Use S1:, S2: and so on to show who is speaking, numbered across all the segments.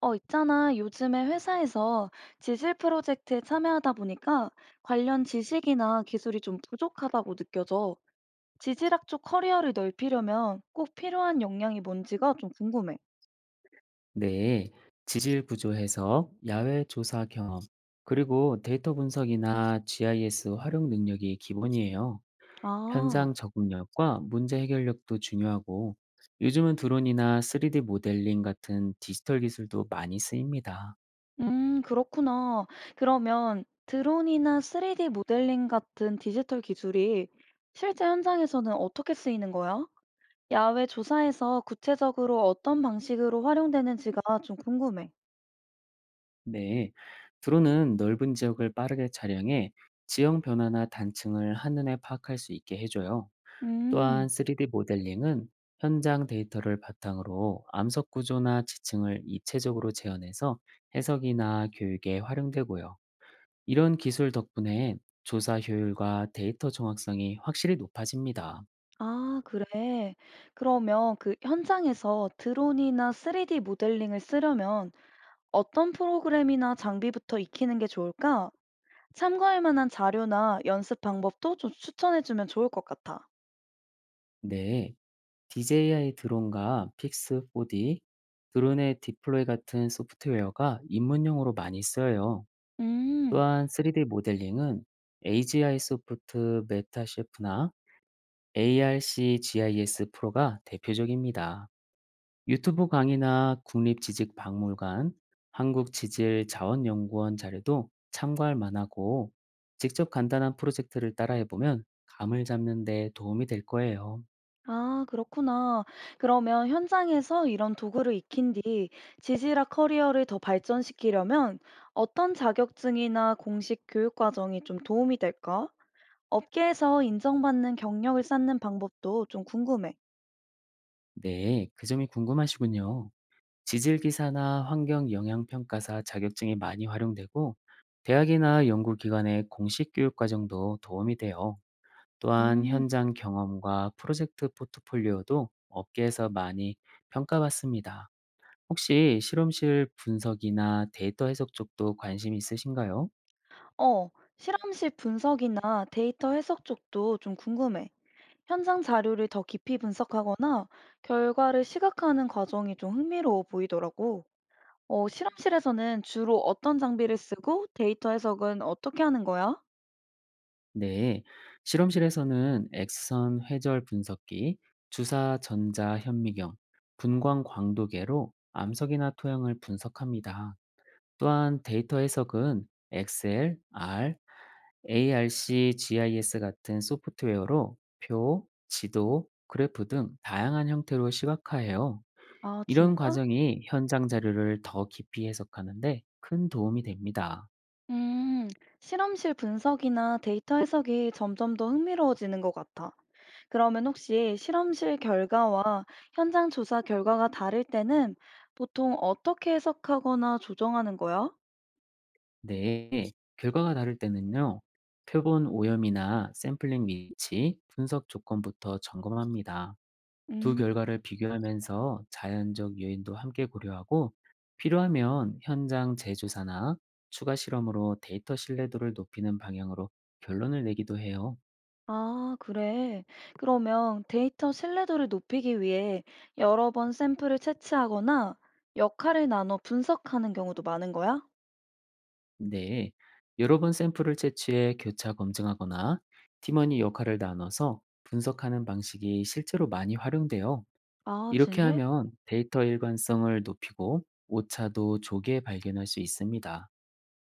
S1: 있잖아. 요즘에 회사에서 지질 프로젝트에 참여하다 보니까 관련 지식이나 기술이 좀 부족하다고 느껴져. 지질학 쪽 커리어를 넓히려면 꼭 필요한 역량이 뭔지가 좀 궁금해.
S2: 네, 지질 구조 해석, 야외 조사 경험, 그리고 데이터 분석이나 GIS 활용 능력이 기본이에요.
S1: 아,
S2: 현장 적응력과 문제 해결력도 중요하고, 요즘은 드론이나 3D 모델링 같은 디지털 기술도 많이 쓰입니다.
S1: 그렇구나. 그러면 드론이나 3D 모델링 같은 디지털 기술이 실제 현장에서는 어떻게 쓰이는 거야? 야외 조사에서 구체적으로 어떤 방식으로 활용되는지가 좀 궁금해.
S2: 네, 드론은 넓은 지역을 빠르게 촬영해 지형 변화나 단층을 한눈에 파악할 수 있게 해줘요.
S1: 음.
S2: 또한 3D 모델링은 현장 데이터를 바탕으로 암석 구조나 지층을 입체적으로 재현해서 해석이나 교육에 활용되고요. 이런 기술 덕분에 조사 효율과 데이터 정확성이 확실히 높아집니다.
S1: 아 그래. 그러면 그 현장에서 드론이나 3D 모델링을 쓰려면 어떤 프로그램이나 장비부터 익히는 게 좋을까? 참고할 만한 자료나 연습 방법도 좀 추천해 주면 좋을 것 같아.
S2: 네, DJI 드론과 픽스4D, 드론의 디플로이 같은 소프트웨어가 입문용으로 많이 쓰여요.
S1: 음.
S2: 또한 3D 모델링은 AGI 소프트 메타셰프나 ARC-GIS 프로가 대표적입니다. 유튜브 강의나 국립지질박물관, 한국지질자원연구원 자료도 참고할 만하고 직접 간단한 프로젝트를 따라해보면 감을 잡는 데 도움이 될 거예요.
S1: 아, 그렇구나. 그러면 현장에서 이런 도구를 익힌 뒤 지질학 커리어를 더 발전시키려면 어떤 자격증이나 공식 교육 과정이 좀 도움이 될까? 업계에서 인정받는 경력을 쌓는 방법도 좀 궁금해.
S2: 네, 그 점이 궁금하시군요. 지질기사나 환경영향평가사 자격증이 많이 활용되고 대학이나 연구기관의 공식 교육 과정도 도움이 돼요. 또한
S1: 음,
S2: 현장 경험과 프로젝트 포트폴리오도 업계에서 많이 평가받습니다. 혹시 실험실 분석이나 데이터 해석 쪽도 관심 있으신가요?
S1: 어, 실험실 분석이나 데이터 해석 쪽도 좀 궁금해. 현장 자료를 더 깊이 분석하거나 결과를 시각화하는 과정이 좀 흥미로워 보이더라고. 실험실에서는 주로 어떤 장비를 쓰고 데이터 해석은 어떻게 하는 거야?
S2: 네. 실험실에서는 엑스선 회절 분석기, 주사 전자 현미경, 분광 광도계로 암석이나 토양을 분석합니다. 또한 데이터 해석은 엑셀, R, ARC, GIS 같은 소프트웨어로 표, 지도, 그래프 등 다양한 형태로 시각화해요.
S1: 아,
S2: 이런
S1: 진짜?
S2: 과정이 현장 자료를 더 깊이 해석하는데 큰 도움이 됩니다.
S1: 음, 실험실 분석이나 데이터 해석이 점점 더 흥미로워지는 것 같아. 그러면 혹시 실험실 결과와 현장 조사 결과가 다를 때는 보통 어떻게 해석하거나 조정하는 거야?
S2: 네, 결과가 다를 때는요, 표본 오염이나 샘플링 위치, 분석 조건부터 점검합니다. 두
S1: 음,
S2: 결과를 비교하면서 자연적 요인도 함께 고려하고 필요하면 현장 재조사나 추가 실험으로 데이터 신뢰도를 높이는 방향으로 결론을 내기도 해요.
S1: 아, 그래. 그러면 데이터 신뢰도를 높이기 위해 여러 번 샘플을 채취하거나 역할을 나눠 분석하는 경우도 많은 거야?
S2: 네. 여러 번 샘플을 채취해 교차 검증하거나 팀원이 역할을 나눠서 분석하는 방식이 실제로 많이 활용돼요.
S1: 아,
S2: 이렇게
S1: 진짜?
S2: 하면 데이터 일관성을 높이고 오차도 조기에 발견할 수 있습니다.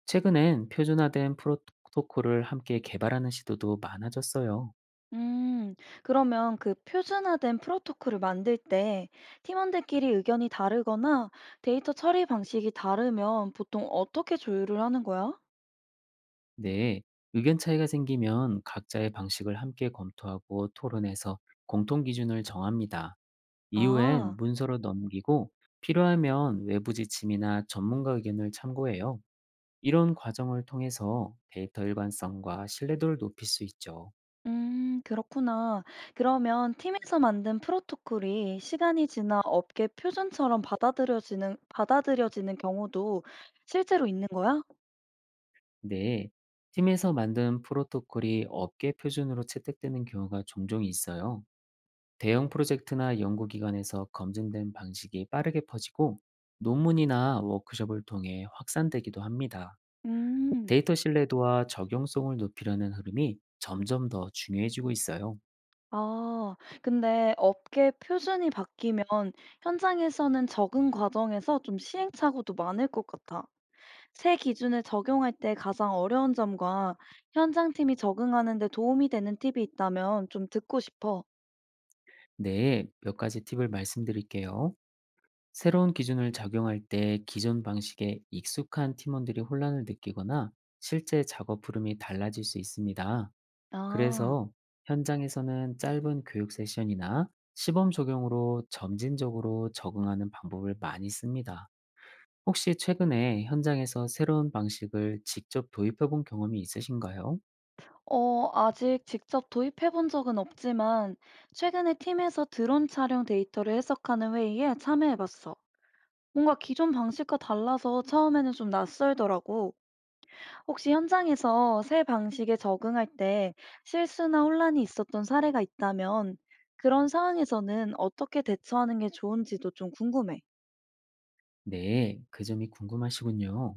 S2: 최근엔 표준화된 프로토콜을 함께 개발하는 시도도 많아졌어요.
S1: 음, 그러면 그 표준화된 프로토콜을 만들 때 팀원들끼리 의견이 다르거나 데이터 처리 방식이 다르면 보통 어떻게 조율을 하는 거야?
S2: 네, 의견 차이가 생기면 각자의 방식을 함께 검토하고 토론해서 공통 기준을 정합니다. 이후엔
S1: 아,
S2: 문서로 넘기고 필요하면 외부 지침이나 전문가 의견을 참고해요. 이런 과정을 통해서 데이터 일관성과 신뢰도를 높일 수 있죠.
S1: 그렇구나. 그러면 팀에서 만든 프로토콜이 시간이 지나 업계 표준처럼 받아들여지는 경우도 실제로 있는 거야?
S2: 네, 팀에서 만든 프로토콜이 업계 표준으로 채택되는 경우가 종종 있어요. 대형 프로젝트나 연구기관에서 검증된 방식이 빠르게 퍼지고 논문이나 워크숍을 통해 확산되기도 합니다.
S1: 음,
S2: 데이터 신뢰도와 적용성을 높이려는 흐름이 점점 더 중요해지고 있어요.
S1: 아, 근데 업계 표준이 바뀌면 현장에서는 적응 과정에서 좀 시행착오도 많을 것 같아. 새 기준을 적용할 때 가장 어려운 점과 현장팀이 적응하는 데 도움이 되는 팁이 있다면 좀 듣고 싶어.
S2: 네, 몇 가지 팁을 말씀드릴게요. 새로운 기준을 적용할 때 기존 방식에 익숙한 팀원들이 혼란을 느끼거나 실제 작업 흐름이 달라질 수 있습니다.
S1: 아.
S2: 그래서 현장에서는 짧은 교육 세션이나 시범 적용으로 점진적으로 적응하는 방법을 많이 씁니다. 혹시 최근에 현장에서 새로운 방식을 직접 도입해 본 경험이 있으신가요?
S1: 아직 직접 도입해 본 적은 없지만, 최근에 팀에서 드론 촬영 데이터를 해석하는 회의에 참여해 봤어. 뭔가 기존 방식과 달라서 처음에는 좀 낯설더라고. 혹시 현장에서 새 방식에 적응할 때 실수나 혼란이 있었던 사례가 있다면, 그런 상황에서는 어떻게 대처하는 게 좋은지도 좀 궁금해.
S2: 네, 그 점이 궁금하시군요.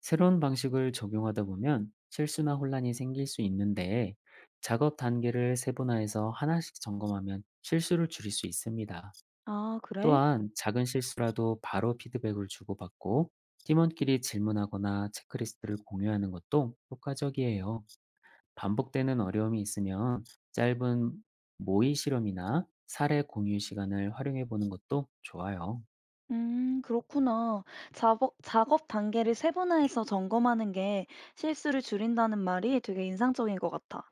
S2: 새로운 방식을 적용하다 보면 실수나 혼란이 생길 수 있는데 작업 단계를 세분화해서 하나씩 점검하면 실수를 줄일 수 있습니다.
S1: 아, 그래?
S2: 또한 작은 실수라도 바로 피드백을 주고받고 팀원끼리 질문하거나 체크리스트를 공유하는 것도 효과적이에요. 반복되는 어려움이 있으면 짧은 모의 실험이나 사례 공유 시간을 활용해 보는 것도 좋아요.
S1: 그렇구나. 작업 단계를 세분화해서 점검하는 게 실수를 줄인다는 말이 되게 인상적인 것 같아.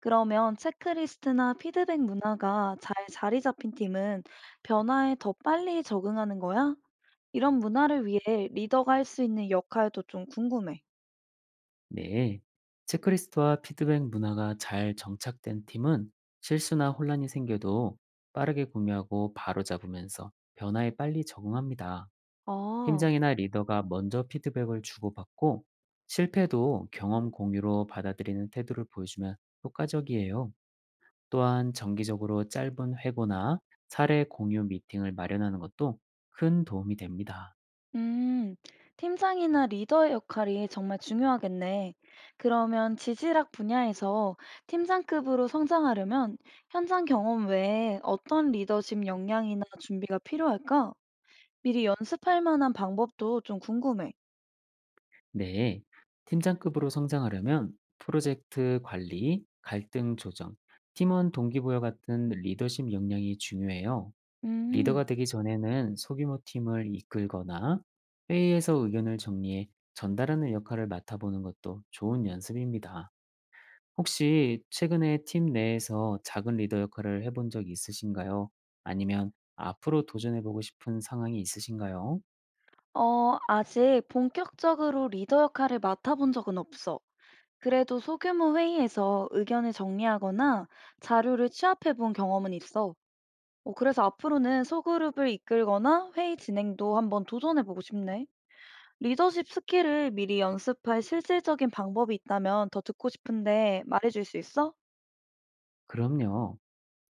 S1: 그러면 체크리스트나 피드백 문화가 잘 자리 잡힌 팀은 변화에 더 빨리 적응하는 거야? 이런 문화를 위해 리더가 할 수 있는 역할도 좀 궁금해.
S2: 네. 체크리스트와 피드백 문화가 잘 정착된 팀은 실수나 혼란이 생겨도 빠르게 공유하고 바로 잡으면서 변화에 빨리 적응합니다.
S1: 아.
S2: 팀장이나 리더가 먼저 피드백을 주고받고 실패도 경험 공유로 받아들이는 태도를 보여주면 효과적이에요. 또한 정기적으로 짧은 회고나 사례 공유 미팅을 마련하는 것도 큰 도움이 됩니다.
S1: 음, 팀장이나 리더의 역할이 정말 중요하겠네. 그러면 지질학 분야에서 팀장급으로 성장하려면 현장 경험 외에 어떤 리더십 역량이나 준비가 필요할까? 미리 연습할 만한 방법도 좀 궁금해.
S2: 네. 팀장급으로 성장하려면 프로젝트 관리, 갈등 조정, 팀원 동기부여 같은 리더십 역량이 중요해요.
S1: 음,
S2: 리더가 되기 전에는 소규모 팀을 이끌거나 회의에서 의견을 정리해 전달하는 역할을 맡아보는 것도 좋은 연습입니다. 혹시 최근에 팀 내에서 작은 리더 역할을 해본 적 있으신가요? 아니면 앞으로 도전해보고 싶은 상황이 있으신가요?
S1: 아직 본격적으로 리더 역할을 맡아본 적은 없어. 그래도 소규모 회의에서 의견을 정리하거나 자료를 취합해 본 경험은 있어. 그래서 앞으로는 소그룹을 이끌거나 회의 진행도 한번 도전해 보고 싶네. 리더십 스킬을 미리 연습할 실질적인 방법이 있다면 더 듣고 싶은데 말해줄 수 있어?
S2: 그럼요.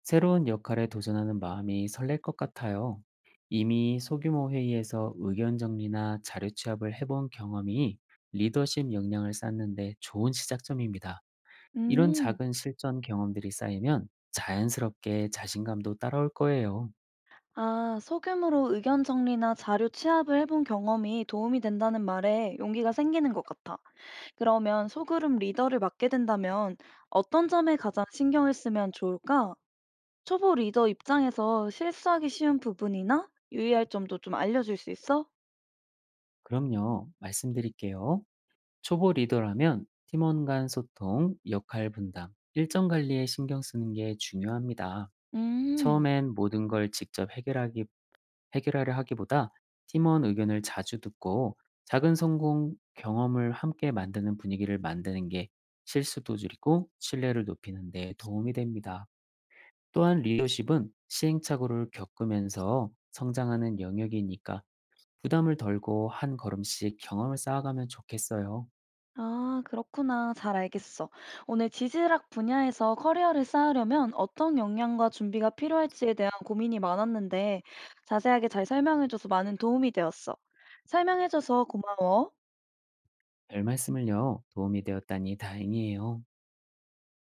S2: 새로운 역할에 도전하는 마음이 설렐 것 같아요. 이미 소규모 회의에서 의견 정리나 자료 취합을 해본 경험이 리더십 역량을 쌓는데 좋은 시작점입니다. 이런
S1: 음,
S2: 작은 실전 경험들이 쌓이면 자연스럽게 자신감도 따라올 거예요.
S1: 아, 소규모로 의견 정리나 자료 취합을 해본 경험이 도움이 된다는 말에 용기가 생기는 것 같아. 그러면 소그룹 리더를 맡게 된다면 어떤 점에 가장 신경을 쓰면 좋을까? 초보 리더 입장에서 실수하기 쉬운 부분이나 유의할 점도 좀 알려줄 수 있어?
S2: 그럼요. 말씀드릴게요. 초보 리더라면 팀원 간 소통, 역할 분담, 일정 관리에 신경 쓰는 게 중요합니다.
S1: 음.
S2: 처음엔 모든 걸 해결하려 하기보다 팀원 의견을 자주 듣고 작은 성공 경험을 함께 만드는 분위기를 만드는 게 실수도 줄이고 신뢰를 높이는 데 도움이 됩니다. 또한 리더십은 시행착오를 겪으면서 성장하는 영역이니까 부담을 덜고 한 걸음씩 경험을 쌓아가면 좋겠어요.
S1: 아, 그렇구나. 잘 알겠어. 오늘 지질학 분야에서 커리어를 쌓으려면 어떤 역량과 준비가 필요할지에 대한 고민이 많았는데, 자세하게 잘 설명해줘서 많은 도움이 되었어. 설명해줘서 고마워.
S2: 별 말씀을요. 도움이 되었다니 다행이에요.